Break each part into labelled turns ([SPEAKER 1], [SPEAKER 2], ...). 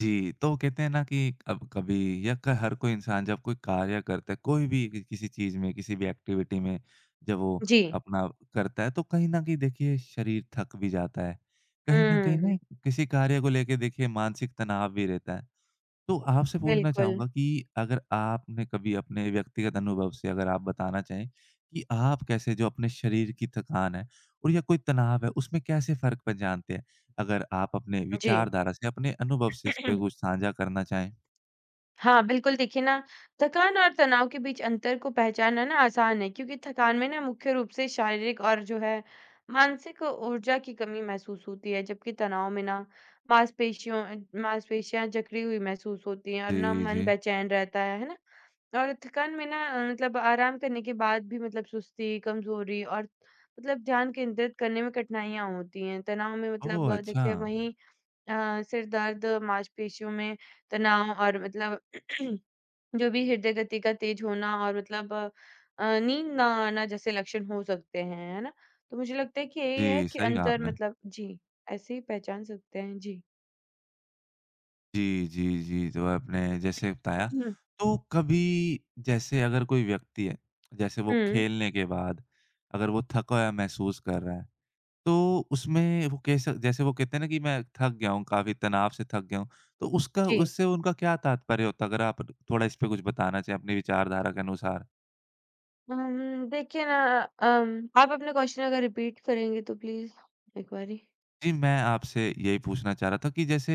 [SPEAKER 1] जी, तो कहते हैं ना कि अब कभी या क हर कोई इंसान जब कोई कार्य करता है, कोई भी कि किसी चीज़ में, किसी भी एक्टिविटी में जब वो
[SPEAKER 2] जी।
[SPEAKER 1] अपना करता है, तो कहीं न कहीं देखिए शरीर थक भी जाता है। कहीं न कहीं ना
[SPEAKER 2] हुँ,
[SPEAKER 1] किसी कार्य को लेके देखिए मानसिक तनाव भी रहता है। तो आपसे पूछना
[SPEAKER 2] बिल्कुल।
[SPEAKER 1] चाहूँगा कि अगर आपने कभी अपने व्यक्तिगत अनुभव से अगर आप बताना चाहें कि आप कैसे जो अपने शरीर की थकान है और या कोई तनाव है, उसमें कैसे फ़र्क पहचानते हैं? अगर आप अपने
[SPEAKER 2] जी।
[SPEAKER 1] विचारधारा से, अपने अनुभव से इस पे कुछ साझा करना चाहें?
[SPEAKER 2] हाँ, बिल्कुल देखिए ना, थकान और तनाव के बीच अंतर को पहचानना ना आसान है, क्योंकि थकान में ना मुख्य रूप से शारीरिक और जो है, मानसिक ऊर्जा की कमी महसूस होती है, जबकि तनाव में ना मांसपेशियों अ, मांसपेशियाँ जकड़ी हुई महसूस होती हैं और ना
[SPEAKER 1] जी,
[SPEAKER 2] मन
[SPEAKER 1] जी।
[SPEAKER 2] बेचैन रहता है ना? और थकान में ना मतलब आराम करने के बाद भी, मतलब सुस्ती, कमज़ोरी और मतलब ध्यान केंद्रित करने में कठिनाइयाँ होती हैं। तनाव में
[SPEAKER 1] ओह!
[SPEAKER 2] मतलब
[SPEAKER 1] अच्छा।
[SPEAKER 2] देखिए वहीं अ, सिर दर्द, मांसपेशियों में तनाव और मतलब जो भी हृदय गति का तेज होना और मतलब नींद ना आना जैसे लक्षण हो सकते हैं, है ना? तो मुझे लगता है कि यही है
[SPEAKER 1] जी,
[SPEAKER 2] कि
[SPEAKER 1] सही कहा
[SPEAKER 2] अंतर
[SPEAKER 1] आपने।
[SPEAKER 2] मतलब, जी, ऐसे ही पहचान सकते हैं। जी।
[SPEAKER 1] जी, जी, जी, तो आपने जैसे बताया,
[SPEAKER 2] हुँ,
[SPEAKER 1] तो कभी जैसे अगर कोई व्यक्ति है, जैसे वो
[SPEAKER 2] हुँ,
[SPEAKER 1] खेलने के बाद अगर वो थका हुआ महसूस कर रहा है, तो उसमें वो कैसा जैसे वो कहते हैं ना कि मैं थक गया हूँ, काफ़ी तनाव से थक गया हूँ, तो उसका
[SPEAKER 2] जी।
[SPEAKER 1] उससे उनका क्या तात्पर्य होता है? अगर आप थोड़ा इस पे कुछ बताना चाहें अपनी विचारधारा के अनुसार।
[SPEAKER 2] देखिए ना, आप अपने क्वेश्चन अगर रिपीट करेंगे तो प्लीज़ एक बारी?
[SPEAKER 1] जी, मैं आपसे यही पूछना चाह रहा था कि जैसे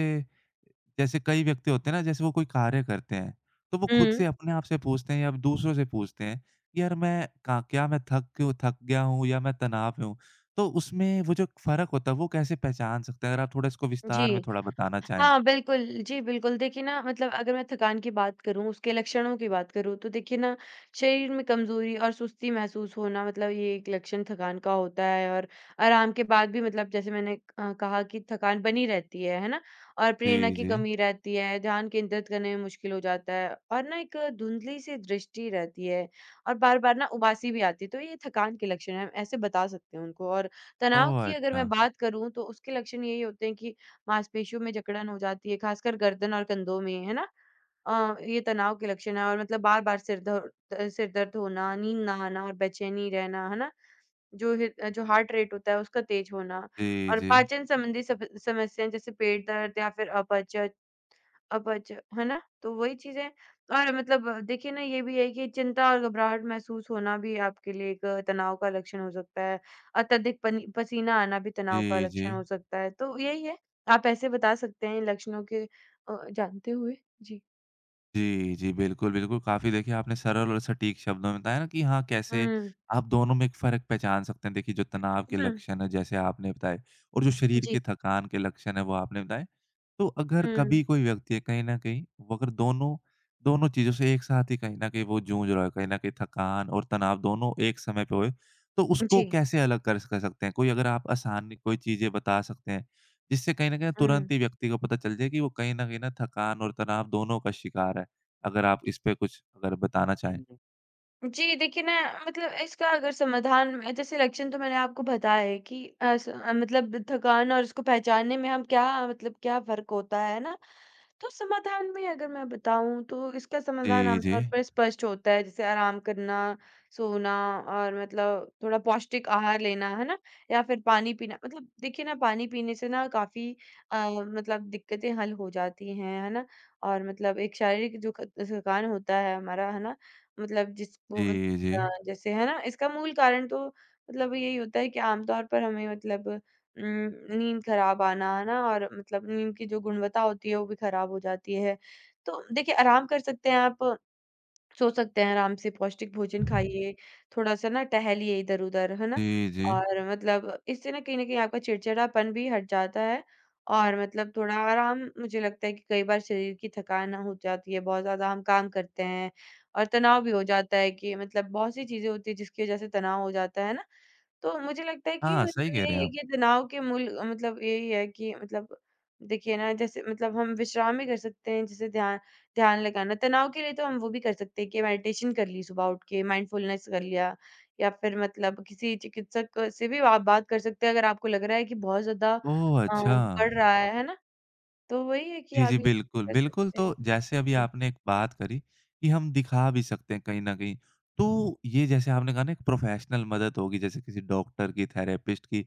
[SPEAKER 1] जैसे कई व्यक्ति होते हैं ना, जैसे वो कोई कार्य करते हैं, तो वो खुद से
[SPEAKER 2] हुँ,
[SPEAKER 1] अपने आप से पूछते हैं या दूसरों से पूछते हैं कि यार मैं का क्या मैं थक क्यों थक गया हूँ या मैं तनाव में हूँ? तो उसमें वो जो फ़र्क होता है, वो कैसे पहचान सकते हैं? अगर आप थोड़ा इसको
[SPEAKER 2] जी।
[SPEAKER 1] विस्तार में थोड़ा बताना चाहें।
[SPEAKER 2] हाँ, बिल्कुल। जी, बिल्कुल। देखिए ना, मतलब अगर मैं थकान की बात करूँ, उसके लक्षणों की बात करूँ, तो देखिए ना, शरीर में कमज़ोरी और सुस्ती महसूस होना मतलब ये एक लक्षण थकान का होता है, और आराम के बाद भी मतलब जैसे मैंने कहा कि थकान बनी रहती है ना? और प्रेरणा
[SPEAKER 1] जी,
[SPEAKER 2] की
[SPEAKER 1] जी।
[SPEAKER 2] कमी रहती है, ध्यान केंद्रित करने में मुश्किल हो जाता है और ना एक धुंधली-सी दृष्टि रहती है, और बार-बार ना उबासी भी आती है। तो ये थकान के लक्षण हैं, ऐसे बता सकते हैं उनको। और तनाव
[SPEAKER 1] ओह!
[SPEAKER 2] की अगर मैं
[SPEAKER 1] अच्छा।
[SPEAKER 2] बात करूँ, तो उसके लक्षण यही होते हैं कि मांसपेशियों में जकड़न हो जाती है, खासकर गर्दन और कंधों में, है ना? ये तनाव के लक्षण हैं, और मतलब बार-बार सिर दर्द, सिर दर्द होना, नींद ना आना और बेचैनी रहना, है ना? जो हार्ट रेट होता है उसका तेज़ होना,
[SPEAKER 1] जी,
[SPEAKER 2] और
[SPEAKER 1] जी।
[SPEAKER 2] पाचन संबंधी सप समस्याएँ जैसे पेट दर्द या फिर अपच अपच, है ना? तो वही चीज़ें। और मतलब देखिए ना, ये भी है कि चिंता और घबराहट महसूस होना भी आपके लिए एक तनाव का लक्षण हो सकता है। अत्यधिक पनी पसीना आना भी तनाव का
[SPEAKER 1] जी, जी।
[SPEAKER 2] लक्षण हो सकता है। तो यही है, आप ऐसे बता सकते हैं इन लक्षणों के, जानते हुए। जी।
[SPEAKER 1] जी, जी। बिल्कुल, बिल्कुल। काफ़ी देखिए आपने सरल और सटीक शब्दों में बताया ना कि हाँ, कैसे
[SPEAKER 2] हुँ।
[SPEAKER 1] आप दोनों में एक फ़र्क पहचान सकते हैं। देखिए जो तनाव के
[SPEAKER 2] हुँ।
[SPEAKER 1] लक्षण हैं जैसे आपने बताए और जो शरीर
[SPEAKER 2] जी।
[SPEAKER 1] के थकान के लक्षण हैं वो आपने बताए। तो अगर
[SPEAKER 2] हुँ।
[SPEAKER 1] कभी कोई व्यक्ति है कहीं न कहीं वो अगर दोनों दोनों चीज़ों से एक साथ ही कहीं न कहीं वो जूझ रहा है, कहीं न कहीं थकान और तनाव दोनों एक समय पे होए, तो उसको
[SPEAKER 2] जी।
[SPEAKER 1] कैसे अलग कर सकते हैं? कोई अगर आप आसान कोई चीज़ें बता सकते हैं, जिससे कहीं न कहीं तुरंत ही व्यक्ति को पता चल जाए कि वो कहीं न कहीं ना थकान और तनाव दोनों का शिकार है। अगर आप इस पे कुछ अगर बताना चाहें?
[SPEAKER 2] हुँ। जी, देखिए ना, मतलब इसका अगर समाधान, मैं जैसे लक्षण तो मैंने आपको बताया है कि मतलब थकान और इसको पहचानने में हम क्या, मतलब क्या फ़र्क होता है ना? तो समाधान में अगर मैं बताऊँ, तो इसका समाधान
[SPEAKER 1] जी, जी।
[SPEAKER 2] आमतौर पर स्पष्ट होता है, जैसे आराम करना, सोना और मतलब थोड़ा पौष्टिक आहार लेना, है ना? या फिर पानी पीना, मतलब देखिए ना, पानी पीने से ना काफ़ी अ, मतलब दिक्कतें हल हो जाती हैं, है ना? और मतलब एक शारीरिक जो ख थकान होता है हमारा, है ना? मतलब जिसको मत
[SPEAKER 1] जी, जी।
[SPEAKER 2] अ, जैसे, है ना, इसका मूल कारण तो मतलब यही होता है कि आमतौर पर हमें मतलब नींद खराब आना, है ना? और मतलब नींद की जो गुणवत्ता होती है, वो भी खराब हो जाती है। तो देखिए, आराम कर सकते हैं आप। सो सकते हैं आराम से, पौष्टिक भोजन खाइए, थोड़ा-सा ना टहलिए इधर-उधर, है ना?
[SPEAKER 1] जी, जी।
[SPEAKER 2] और मतलब इससे ना कहीं न कहीं आपका चिड़चिड़ापन भी हट जाता है। और मतलब थोड़ा आराम, मुझे लगता है कि कई बार शरीर की थकान हो जाती है, बहुत ज़्यादा हम काम करते हैं, और तनाव भी हो जाता है कि मतलब बहुत सी चीज़ें होती हैं जिसकी वज़ह से तनाव हो जाता है ना? तो मुझे लगता है कि
[SPEAKER 1] हाँ, सही
[SPEAKER 2] मतलब
[SPEAKER 1] कह
[SPEAKER 2] यही
[SPEAKER 1] रहे हैं
[SPEAKER 2] है
[SPEAKER 1] आप।
[SPEAKER 2] कि तनाव के मूल मतलब यही है कि मतलब देखिए ना, जैसे मतलब हम विश्राम भी कर सकते हैं, जैसे ध्यान ध्यान लगाना तनाव के लिए, तो हम वो भी कर सकते हैं कि मेडिटेशन कर ली, सुबह उठ के माइंडफुलनेस कर लिया, या फिर मतलब किसी चिकित्सक से भी आप बात कर सकते हैं, अगर आपको लग रहा है कि बहुत ज्यादा
[SPEAKER 1] ओह! अच्छा।
[SPEAKER 2] बढ़ रहा है ना? तो वही है कि
[SPEAKER 1] जी, जी,
[SPEAKER 2] आप ये
[SPEAKER 1] बिल्कुल,
[SPEAKER 2] कर
[SPEAKER 1] बिल्कुल।
[SPEAKER 2] सकते हैं।
[SPEAKER 1] तो जैसे अभी आपने एक बात करी कि हम दिखा भी सकते हैं कहीं न कहीं। तो ये जैसे आपने कहा ना एक प्रोफ़ेशनल मदद होगी जैसे किसी डॉक्टर की, थेरेपिस्ट की।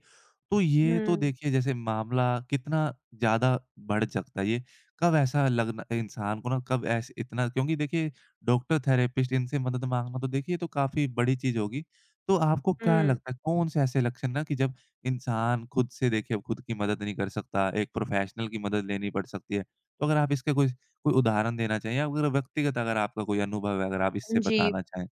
[SPEAKER 1] तो ये तो
[SPEAKER 2] हम्म।
[SPEAKER 1] देखिए जैसे मामला कितना ज़्यादा बढ़ सकता है ये? कब ऐसा लगना इंसान को ना कब ऐसे इतना क्योंकि देखिए डॉक्टर, थेरेपिस्ट इनसे मदद माँगना तो देखिए ये तो काफ़ी बड़ी चीज़ होगी। तो आपको क्या
[SPEAKER 2] हम्म।
[SPEAKER 1] लगता है कौन-से ऐसे लक्षण ना कि जब इंसान खुद से देखिए अब खुद की मदद नहीं कर सकता, एक प्रोफ़ेशनल की मदद लेनी पड़ सकती है। तो अगर आप इसका कोई कोई उदाहरण देना चाहें या अगर व्यक्तिगत अगर आपका कोई अनुभव है, अगर आप इससे
[SPEAKER 2] जी,
[SPEAKER 1] बताना चाहें?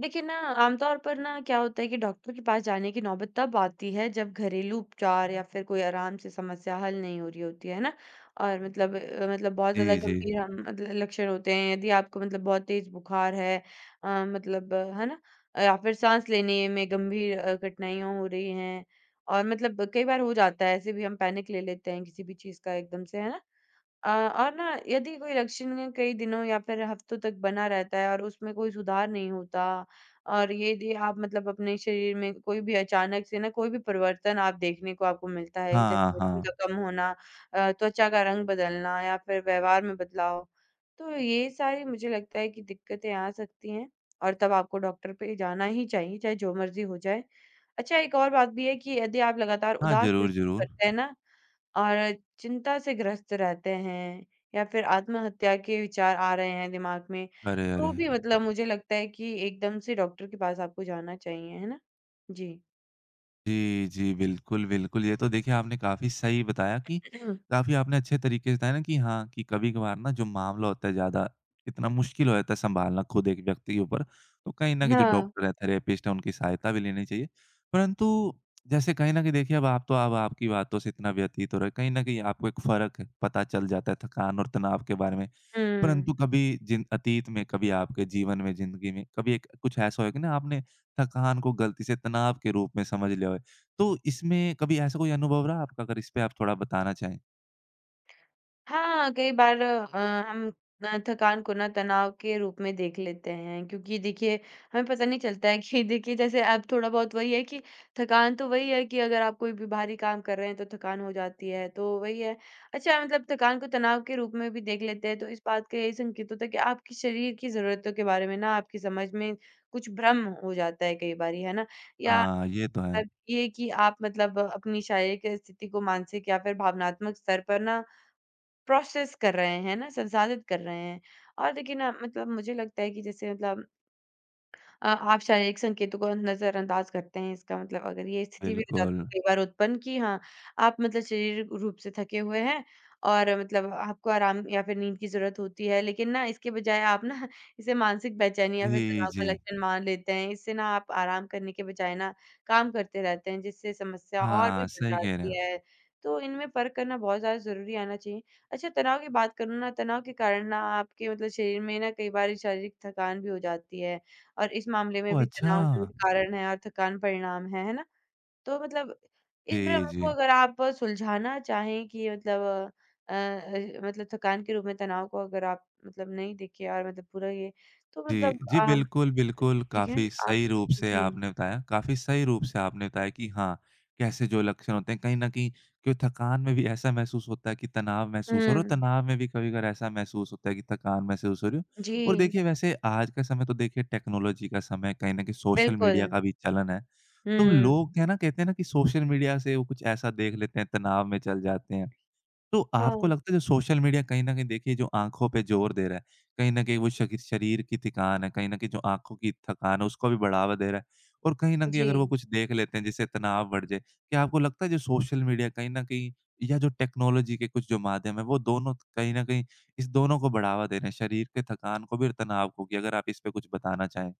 [SPEAKER 2] देखिए ना, आमतौर पर ना क्या होता है कि डॉक्टर के पास जाने की नौबत तब आती है, जब घरेलू उपचार या फिर कोई आराम से समस्या हल नहीं हो रही होती है ना। और मतलब मतलब बहुत ज़्यादा
[SPEAKER 1] जी, जी।
[SPEAKER 2] गंभीर हम मतलब लक्षण होते हैं। यदि आपको मतलब बहुत तेज़ बुखार है, मतलब है ना? या फिर साँस लेने में गंभीर कठिनाइयाँ हो रही हैं, और मतलब कई बार हो जाता है ऐसे भी, हम पैनिक ले लेते हैं किसी भी चीज़ का एकदम से, है ना? अ, और ना यदि कोई लक्षण कई दिनों या फिर हफ्तों तक बना रहता है और उसमें कोई सुधार नहीं होता, और ये आप मतलब अपने शरीर में कोई भी अचानक से ना कोई भी परिवर्तन आप देखने को, आपको मिलता है,
[SPEAKER 1] हाँ,
[SPEAKER 2] जैसे वजन
[SPEAKER 1] हाँ।
[SPEAKER 2] का कम होना, त्वचा का रंग बदलना, या फिर व्यवहार में बदलाव। तो ये सारी मुझे लगता है कि दिक्कतें आ सकती हैं, और तब आपको डॉक्टर पे जाना ही चाहिए, चाहे जो मर्ज़ी हो जाए। अच्छा, एक और बात भी है कि यदि आप लगातार
[SPEAKER 1] हाँ,
[SPEAKER 2] उदास
[SPEAKER 1] ज़रूर,
[SPEAKER 2] महसूस
[SPEAKER 1] ज़रूर।
[SPEAKER 2] करते हैं ना, और चिंता से ग्रस्त रहते हैं, या फिर आत्महत्या के विचार आ रहे हैं दिमाग में,
[SPEAKER 1] अरे, अरे!
[SPEAKER 2] तो भी मतलब मुझे लगता है कि एकदम से डॉक्टर के पास आपको जाना चाहिए, है ना? जी।
[SPEAKER 1] जी, जी। बिल्कुल, बिल्कुल। ये तो देखिए आपने काफ़ी सही बताया कि काफ़ी आपने अच्छे तरीके से बताया ना कि हाँ, कि कभी-कभार ना जो मामला होता है ज़्यादा इतना मुश्किल हो जाता है सँभालना खुद एक व्यक्ति के ऊपर, तो कहीं न कहीं जो
[SPEAKER 2] हाँ।
[SPEAKER 1] डॉक्टर है, थेरेपिस्ट है, उनकी सहायता भी लेनी चाहिए। परंतु जैसे कहीं न कहीं देखिए अब आप तो अब आपकी बातों से इतना व्यतीत हो रहा है, कहीं न कहीं आपको एक फ़र्क पता चल जाता है थकान और तनाव के बारे में।
[SPEAKER 2] हुँ।
[SPEAKER 1] परंतु कभी जिन अतीत में, कभी आपके जीवन में, ज़िंदगी में, कभी एक कुछ ऐसा होगा कि ना आपने थकान को गलती से तनाव के रूप में समझ लिया हो। तो इसमें कभी ऐसा कोई अनुभव रहा आपका? अगर इस पे आप थोड़ा बताना चाहें?
[SPEAKER 2] हाँ, कई बार हम थकान को ना तनाव के रूप में देख लेते हैं, क्योंकि देखिए हमें पता नहीं चलता है कि देखिए जैसे अब थोड़ा बहुत वही है कि थकान तो वही है कि अगर आप कोई भी भारी काम कर रहे हैं तो थकान हो जाती है, तो वही है। अच्छा, मतलब थकान को तनाव के रूप में भी देख लेते हैं, तो इस बात का यही संकेत होता है कि आपके शरीर की ज़रूरतों के बारे में ना आपकी समझ में कुछ भ्रम हो जाता है कई बारी, है ना? या
[SPEAKER 1] हाँ, ये तो है।
[SPEAKER 2] मतलब ये कि आप मतलब अपनी शारीरिक स्थिति को मानसिक या फिर भावनात्मक स्तर पर ना प्रोसेस कर रहे हैं ना, संसाधित कर रहे हैं। और देखिए ना, मतलब मुझे लगता है कि जैसे मतलब अ, आप शारीरिक संकेतों को नज़रअंदाज करते हैं, इसका मतलब अगर ये स्थिति भी हो जाती
[SPEAKER 1] बिल्कुल।
[SPEAKER 2] है कई बार उत्पन्न कि हाँ, आप मतलब शारीरिक रूप से थके हुए हैं, और मतलब आपको आराम या फिर नींद की ज़रूरत होती है, लेकिन ना इसके बजाय आप ना इसे मानसिक बेचैनी या फिर
[SPEAKER 1] जी,
[SPEAKER 2] तनाव का
[SPEAKER 1] जी।
[SPEAKER 2] लक्षण मान लेते हैं। इससे ना आप आराम करने के बजाय ना काम करते रहते हैं, जिससे समस्या और भी
[SPEAKER 1] हाँ,
[SPEAKER 2] बढ़
[SPEAKER 1] सही कह रहे हैं
[SPEAKER 2] जाती
[SPEAKER 1] आप।
[SPEAKER 2] है। तो इनमें फ़र्क करना बहुत ज़्यादा ज़रूरी आना चाहिए। अच्छा, तनाव की बात करूँ ना, तनाव के कारण ना आपके मतलब शरीर में ना कई बार शारीरिक थकान भी हो जाती है। और इस मामले में
[SPEAKER 1] ओह!
[SPEAKER 2] भी
[SPEAKER 1] अच्छा।
[SPEAKER 2] तनाव मूल कारण है और थकान परिणाम है ना? तो मतलब इस
[SPEAKER 1] जी,
[SPEAKER 2] भ्रम को
[SPEAKER 1] जी।
[SPEAKER 2] अगर आप सुलझाना चाहें कि मतलब अ मतलब थकान के रूप में तनाव को अगर आप मतलब नहीं देखिए और मतलब पूरा ये, तो
[SPEAKER 1] जी,
[SPEAKER 2] मतलब
[SPEAKER 1] जी, बिल्कुल, बिल्कुल,
[SPEAKER 2] देखिए
[SPEAKER 1] काफ़ी
[SPEAKER 2] आप,
[SPEAKER 1] सही रूप से
[SPEAKER 2] जी।
[SPEAKER 1] आपने बताया काफ़ी सही रूप से आपने बताया कि हाँ, कैसे जो लक्षण होते हैं कहीं न कहीं क्यों थकान में भी ऐसा महसूस होता है कि तनाव महसूस हो रहा है और
[SPEAKER 2] हुँ,
[SPEAKER 1] तनाव में भी कभी-कभार ऐसा महसूस होता है कि थकान महसूस हो रही हो। और
[SPEAKER 2] जी,
[SPEAKER 1] देखिए वैसे आज का समय तो देखिए टेक्नोलॉजी का समय है, कहीं न कहीं सोशल
[SPEAKER 2] बिल्कुल।
[SPEAKER 1] मीडिया का भी चलन है। तो
[SPEAKER 2] हुँ,
[SPEAKER 1] लोग है ना, कहते हैं ना कि सोशल मीडिया से वो कुछ ऐसा देख लेते हैं, तनाव में चल जाते हैं। तो आपको
[SPEAKER 2] हाँ,
[SPEAKER 1] लगता है जो सोशल मीडिया कहीं न कहीं देखिए जो आँखों पे ज़ोर दे रहा है, कहीं न कहीं वो शगी शरीर की थकान है, कहीं न कहीं जो आँखों की थकान है उसको भी बढ़ावा दे रहा है और कहीं न कहीं
[SPEAKER 2] जी।
[SPEAKER 1] अगर वो कुछ देख लेते हैं जिससे तनाव बढ़ जाए, क्या आपको लगता है जो सोशल मीडिया कहीं न कहीं या जो टेक्नोलॉजी के कुछ जो माध्यम है वो दोनों कहीं न कहीं इस दोनों को बढ़ावा दे रहे हैं, शरीर के थकान को भी और तनाव को भी? अगर आप इस पे कुछ बताना चाहें।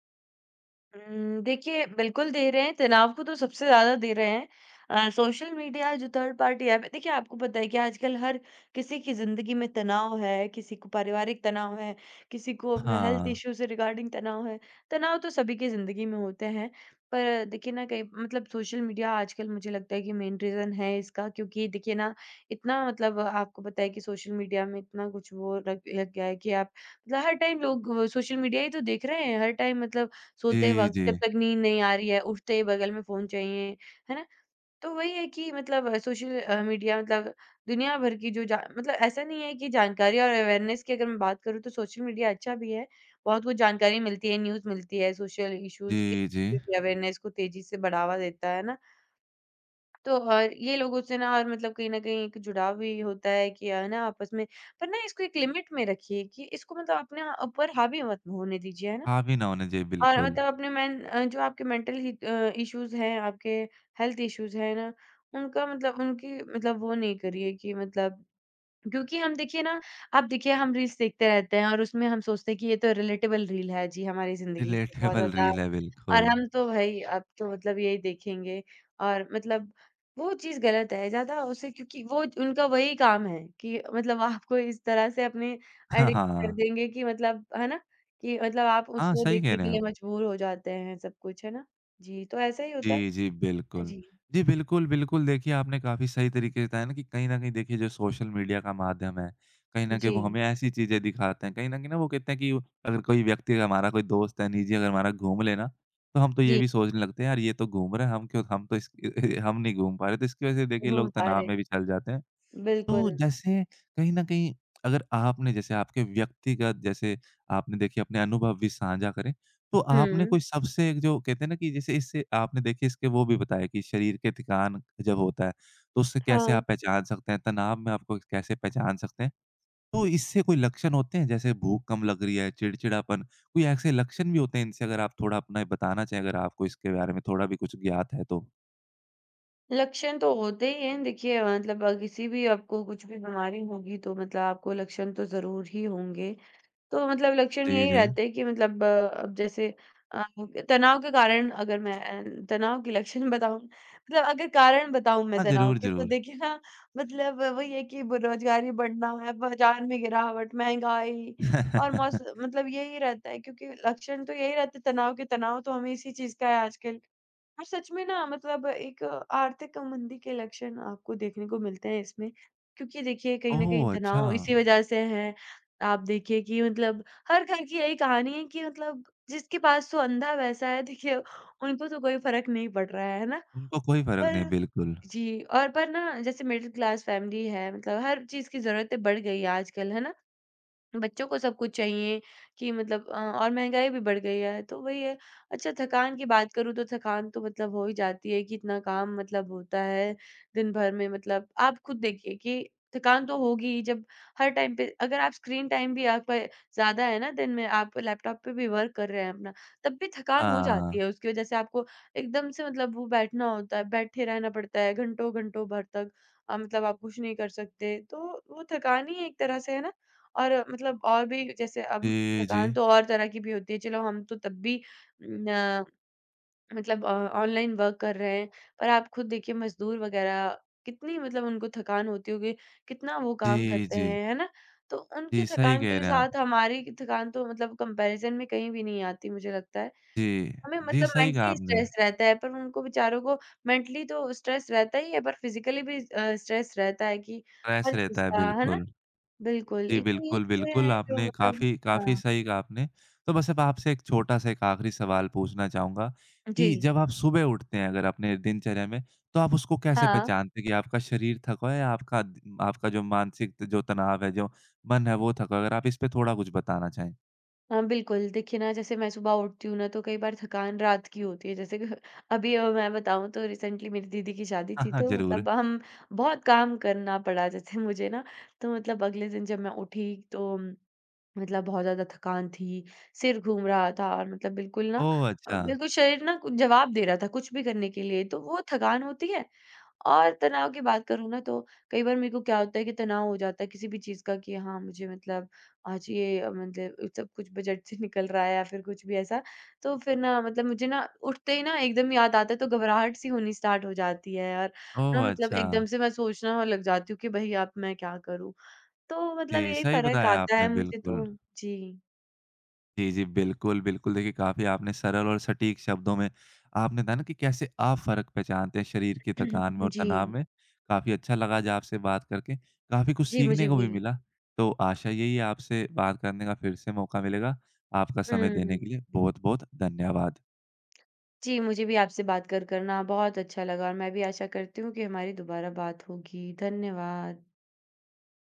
[SPEAKER 2] देखिए बिल्कुल दे रहे हैं, तनाव को तो सबसे ज़्यादा दे रहे हैं। सोशल मीडिया जो थर्ड पार्टी ऐप है, देखिए आपको पता है कि आजकल हर किसी की ज़िंदगी में तनाव है, किसी को पारिवारिक तनाव है, किसी को अपने हेल्थ
[SPEAKER 1] हाँ।
[SPEAKER 2] इश्यू से रिगार्डिंग तनाव है। तनाव तो सभी की ज़िंदगी में होते हैं, पर देखिए ना, कहीं मतलब सोशल मीडिया आजकल मुझे लगता है कि मेन रीज़न है इसका, क्योंकि देखिए ना, इतना मतलब आपको पता है कि सोशल मीडिया में इतना कुछ वो लग लग गया है कि आप मतलब हर टाइम लोग सोशल मीडिया ही तो देख रहे हैं, हर टाइम मतलब सोते
[SPEAKER 1] जी,
[SPEAKER 2] वक़्त
[SPEAKER 1] जी।
[SPEAKER 2] जब तक नींद नहीं आ रही है, उठते ही बगल में फ़ोन चाहिए, है ना? तो वही है कि मतलब सोशल मीडिया मतलब दुनिया भर की जो जा मतलब ऐसा नहीं है कि जानकारी और अवेयरनेस की अगर मैं बात करूँ, तो सोशल मीडिया अच्छा भी है। बहुत कुछ जानकारी मिलती है, न्यूज़ मिलती है, सोशल इश्यूज़
[SPEAKER 1] जी, जी।
[SPEAKER 2] के अवेयरनेस को तेज़ी से बढ़ावा देता है ना? तो और ये लोगों से ना, और मतलब कहीं न कहीं एक जुड़ाव भी होता है कि है ना आपस में, पर ना इसको एक लिमिट में रखिए, कि इसको मतलब अपने ऊपर हावी मत होने दीजिए, है ना?
[SPEAKER 1] हावी ना होने चाहिए
[SPEAKER 2] और
[SPEAKER 1] बिल्कुल।
[SPEAKER 2] मतलब अपने मेन जो आपके मेंटल ही इश्यूज़ हैं, आपके हेल्थ इश्यूज़ हैं ना, उनका मतलब उनकी मतलब वो नहीं करिए कि मतलब क्योंकि हम देखिए ना। अब देखिए हम रील्स देखते रहते हैं और उसमें हम सोचते हैं कि ये तो रिलेटेबल रील है जी हमारी ज़िंदगी से बहुत
[SPEAKER 1] रिलेटेबल
[SPEAKER 2] ज़्यादा।
[SPEAKER 1] रील है
[SPEAKER 2] और
[SPEAKER 1] बिल्कुल।
[SPEAKER 2] हम तो भई अब तो मतलब यही देखेंगे और मतलब वो चीज़ गलत है ज़्यादा उसे क्योंकि वो उनका वही काम है कि मतलब आपको इस तरह से अपने
[SPEAKER 1] हाँ,
[SPEAKER 2] एडिक्ट कर
[SPEAKER 1] हाँ।
[SPEAKER 2] देंगे कि मतलब है ना? कि मतलब आप
[SPEAKER 1] हाँ,
[SPEAKER 2] उसको
[SPEAKER 1] सही कह
[SPEAKER 2] देखने
[SPEAKER 1] रहे
[SPEAKER 2] के
[SPEAKER 1] हैं
[SPEAKER 2] लिए
[SPEAKER 1] आप।
[SPEAKER 2] मजबूर हो जाते हैं सब कुछ, है ना? जी, तो ऐसा ही होता है।
[SPEAKER 1] जी, जी, बिल्कुल।
[SPEAKER 2] जी,
[SPEAKER 1] जी, बिल्कुल, बिल्कुल, देखिए आपने काफ़ी सही तरीके से बताया ना कि कहीं न कहीं देखिए जो सोशल मीडिया का माध्यम है, कहीं न कहीं
[SPEAKER 2] जी,
[SPEAKER 1] वो हमें ऐसी चीज़ें दिखाते हैं। कहीं न कहीं ना वो कहते हैं कि अगर कोई व्यक्ति अगर हमारा कोई दोस्त है निजी अगर हमारा घूम ले ना, तो हम तो ये
[SPEAKER 2] जी,
[SPEAKER 1] भी सोचने लगते हैं यार ये तो घूम रहा है, हम क्यों हम तो इस हम नहीं घूम पा रहे। तो इसकी वज़ह से देखिए लोग
[SPEAKER 2] घूम पा
[SPEAKER 1] तनाव
[SPEAKER 2] रहे
[SPEAKER 1] में भी चल जाते हैं। तो
[SPEAKER 2] बिल्कुल।
[SPEAKER 1] जैसे कहीं न कहीं अगर आपने जैसे आपके व्यक्तिगत जैसे आपने देखिए अपने अनुभव भी साझा करें, तो आपने
[SPEAKER 2] हुँ,
[SPEAKER 1] कोई सबसे एक जो कहते हैं ना कि जैसे इससे आपने देखिए इसके वो भी बताया कि शरीर के थकान जब होता है, तो उससे कैसे आप
[SPEAKER 2] हाँ।
[SPEAKER 1] पहचान सकते हैं, तनाव में आपको कैसे पहचान सकते हैं? तो इससे कोई लक्षण होते हैं जैसे भूख कम लग रही है, चिड़चिड़ापन, कोई ऐसे लक्षण भी होते हैं इनसे अगर आप थोड़ा अपना बताना चाहें, अगर आपको इसके बारे में थोड़ा भी कुछ ज्ञात है तो?
[SPEAKER 2] लक्षण तो होते ही हैं। देखिए मतलब किसी भी आपको कुछ भी बीमारी होगी तो मतलब आपको लक्षण तो ज़रूर ही होंगे। तो मतलब लक्षण
[SPEAKER 1] जी,
[SPEAKER 2] यही
[SPEAKER 1] जी।
[SPEAKER 2] रहते हैं कि मतलब अब जैसे अ, तनाव के कारण अगर मैं तनाव के लक्षण बताऊँ मतलब अगर कारण बताऊँ मैं
[SPEAKER 1] हाँ,
[SPEAKER 2] तनाव
[SPEAKER 1] ज़रूर,
[SPEAKER 2] के तो
[SPEAKER 1] ज़रूर।
[SPEAKER 2] देखिए ना। मतलब वही है कि बेरोज़गारी बढ़ना है, बाज़ार में गिरावट, महँगाई और मौस मतलब यही रहता है क्योंकि लक्षण तो यही रहते हैं तनाव के। तनाव तो हमें इसी चीज़ का है आजकल। और सच में ना मतलब एक आर्थिक मंदी के लक्षण आपको देखने को मिलते हैं इसमें क्योंकि देखिए कहीं ना कहीं
[SPEAKER 1] ओह! अच्छा।
[SPEAKER 2] तनाव इसी वजह से है। आप देखिए कि मतलब हर घर की यही कहानी है कि मतलब जिसके पास तो अंधा वैसा है देखिए उनको तो कोई फर्क नहीं पड़ रहा है ना।
[SPEAKER 1] उनको कोई फ़र्क नहीं है,
[SPEAKER 2] पर
[SPEAKER 1] बिल्कुल।
[SPEAKER 2] जी और पर ना जैसे मिडिल क्लास फैमिली है मतलब हर चीज की जरूरतें बढ़ गई है आजकल है ना। बच्चों को सब कुछ चाहिए कि मतलब और महँगाई भी बढ़ गई है, तो वही है। अच्छा थकान की बात करूँ तो थकान तो मतलब हो ही जाती है कि इतना काम मतलब होता है दिन भर में मतलब आप खुद देखिए कि थकान तो होगी ही जब हर टाइम पे अगर आप स्क्रीन टाइम भी आपका ज़्यादा है ना दिन में, आप लैपटॉप पे भी वर्क कर रहे हैं अपना, तब भी थकान हो
[SPEAKER 1] हाँ।
[SPEAKER 2] जाती है उसकी वजह से आपको। एकदम से मतलब वो बैठना होता है, बैठे रहना पड़ता है घंटों-घंटों भर तक। मतलब आप कुछ नहीं कर सकते, तो वो थकान ही है एक तरह से है ना। और मतलब और भी जैसे अब
[SPEAKER 1] जी, जी।
[SPEAKER 2] थकान तो और तरह की भी होती है, चलो हम तो तब भी न मतलब ऑनलाइन वर्क कर रहे हैं, पर आप खुद देखिए मज़दूर वग़ैरह कितनी मतलब उनको थकान होती होगी, कितना वो काम
[SPEAKER 1] जी,
[SPEAKER 2] करते
[SPEAKER 1] जी।
[SPEAKER 2] हैं, है ना? तो उनकी
[SPEAKER 1] जी, सही
[SPEAKER 2] थकान
[SPEAKER 1] कह
[SPEAKER 2] के
[SPEAKER 1] रहे हैं
[SPEAKER 2] साथ
[SPEAKER 1] आप।
[SPEAKER 2] हमारी की थकान तो मतलब कंपैरिज़न में कहीं भी नहीं आती मुझे लगता है।
[SPEAKER 1] जी।
[SPEAKER 2] हमें
[SPEAKER 1] जी,
[SPEAKER 2] मतलब
[SPEAKER 1] सही कहा
[SPEAKER 2] मेंटली
[SPEAKER 1] आपने।
[SPEAKER 2] स्ट्रेस रहता है, पर उनको बेचारों को मेंटली तो स्ट्रेस रहता ही है, पर फिज़िकली भी स्ट्रेस रहता है कि
[SPEAKER 1] स्ट्रेस
[SPEAKER 2] हर
[SPEAKER 1] रहता
[SPEAKER 2] चीज़
[SPEAKER 1] है,
[SPEAKER 2] का, है ना?
[SPEAKER 1] बिल्कुल।
[SPEAKER 2] बिल्कुल,
[SPEAKER 1] जी,
[SPEAKER 2] एक तो ये
[SPEAKER 1] बिल्कुल,
[SPEAKER 2] चीज़ें
[SPEAKER 1] बिल्कुल,
[SPEAKER 2] हैं जो
[SPEAKER 1] आपने
[SPEAKER 2] मतलब
[SPEAKER 1] काफ़ी काफ़ी
[SPEAKER 2] हाँ,
[SPEAKER 1] सही कहा आपने। तो बस अब आपसे एक छोटा-सा एक आखिरी सवाल पूछना चाहूँगा कि
[SPEAKER 2] जी।
[SPEAKER 1] जब आप सुबह उठते हैं अगर अपने दिनचर्या में, तो आप उसको कैसे
[SPEAKER 2] हाँ,
[SPEAKER 1] पहचानते हैं कि आपका शरीर थका है या आपका जो मानसिक जो तनाव है, जो मन है, वो थका है? अगर आप इस पे थोड़ा कुछ बताना चाहें।
[SPEAKER 2] हाँ, बिल्कुल। देखिए ना जैसे मैं सुबह उठती हूँ ना तो कई बार थकान रात की होती है जैसे कि अभी मैं बताऊँ तो रिसेंटली मेरी दीदी की शादी
[SPEAKER 1] हाँ,
[SPEAKER 2] थी
[SPEAKER 1] हाँ,
[SPEAKER 2] तो
[SPEAKER 1] ज़रूर।
[SPEAKER 2] मतलब हम बहुत काम करना पड़ा जैसे मुझे ना, तो मतलब अगले दिन जब मैं उठी तो मतलब बहुत ज़्यादा थकान थी, सिर घूम रहा था और मतलब बिल्कुल ना
[SPEAKER 1] ओह! अच्छा।
[SPEAKER 2] बिल्कुल शरीर ना कुछ जवाब दे रहा था कुछ भी करने के लिए, तो वो थकान होती है। और तनाव की बात करूँ ना तो कई बार मेरे को क्या होता है कि तनाव हो जाता है किसी भी चीज़ का कि हाँ मुझे मतलब आज ये मतलब सब कुछ बजट से निकल रहा है या फिर कुछ भी ऐसा। तो फिर ना मतलब मुझे ना उठते ही ना एकदम याद आता है तो घबराहट सी होनी स्टार्ट हो जाती है और
[SPEAKER 1] ओह!
[SPEAKER 2] ना मतलब
[SPEAKER 1] अच्छा।
[SPEAKER 2] एकदम से मैं सोचना लग जाती हूँ कि भई अब मैं क्या करूँ? तो मतलब
[SPEAKER 1] जी,
[SPEAKER 2] यही
[SPEAKER 1] सही
[SPEAKER 2] फ़र्क
[SPEAKER 1] बताया
[SPEAKER 2] आता
[SPEAKER 1] आपने
[SPEAKER 2] है मुझे
[SPEAKER 1] बिल्कुल।
[SPEAKER 2] तो। जी।
[SPEAKER 1] जी, जी, बिल्कुल, बिल्कुल। देखिए, काफ़ी आपने सरल और सटीक शब्दों में आपने बताया ना कि कैसे आप फ़र्क पहचानते हैं शरीर की थकान में और
[SPEAKER 2] जी।
[SPEAKER 1] तनाव में। काफ़ी अच्छा लगा आज आपसे बात करके, काफ़ी कुछ
[SPEAKER 2] जी,
[SPEAKER 1] सीखने
[SPEAKER 2] मुझे
[SPEAKER 1] को
[SPEAKER 2] भी।
[SPEAKER 1] भी मिला। तो आशा यही है आपसे बात करने का फिर से मौका मिलेगा। आपका समय देने के
[SPEAKER 2] हुँ।
[SPEAKER 1] लिए बहुत-बहुत धन्यवाद।
[SPEAKER 2] जी, मुझे भी आपसे बात कर कर ना बहुत अच्छा लगा और मैं भी आशा करती हूँ कि हमारी दोबारा बात होगी। धन्यवाद।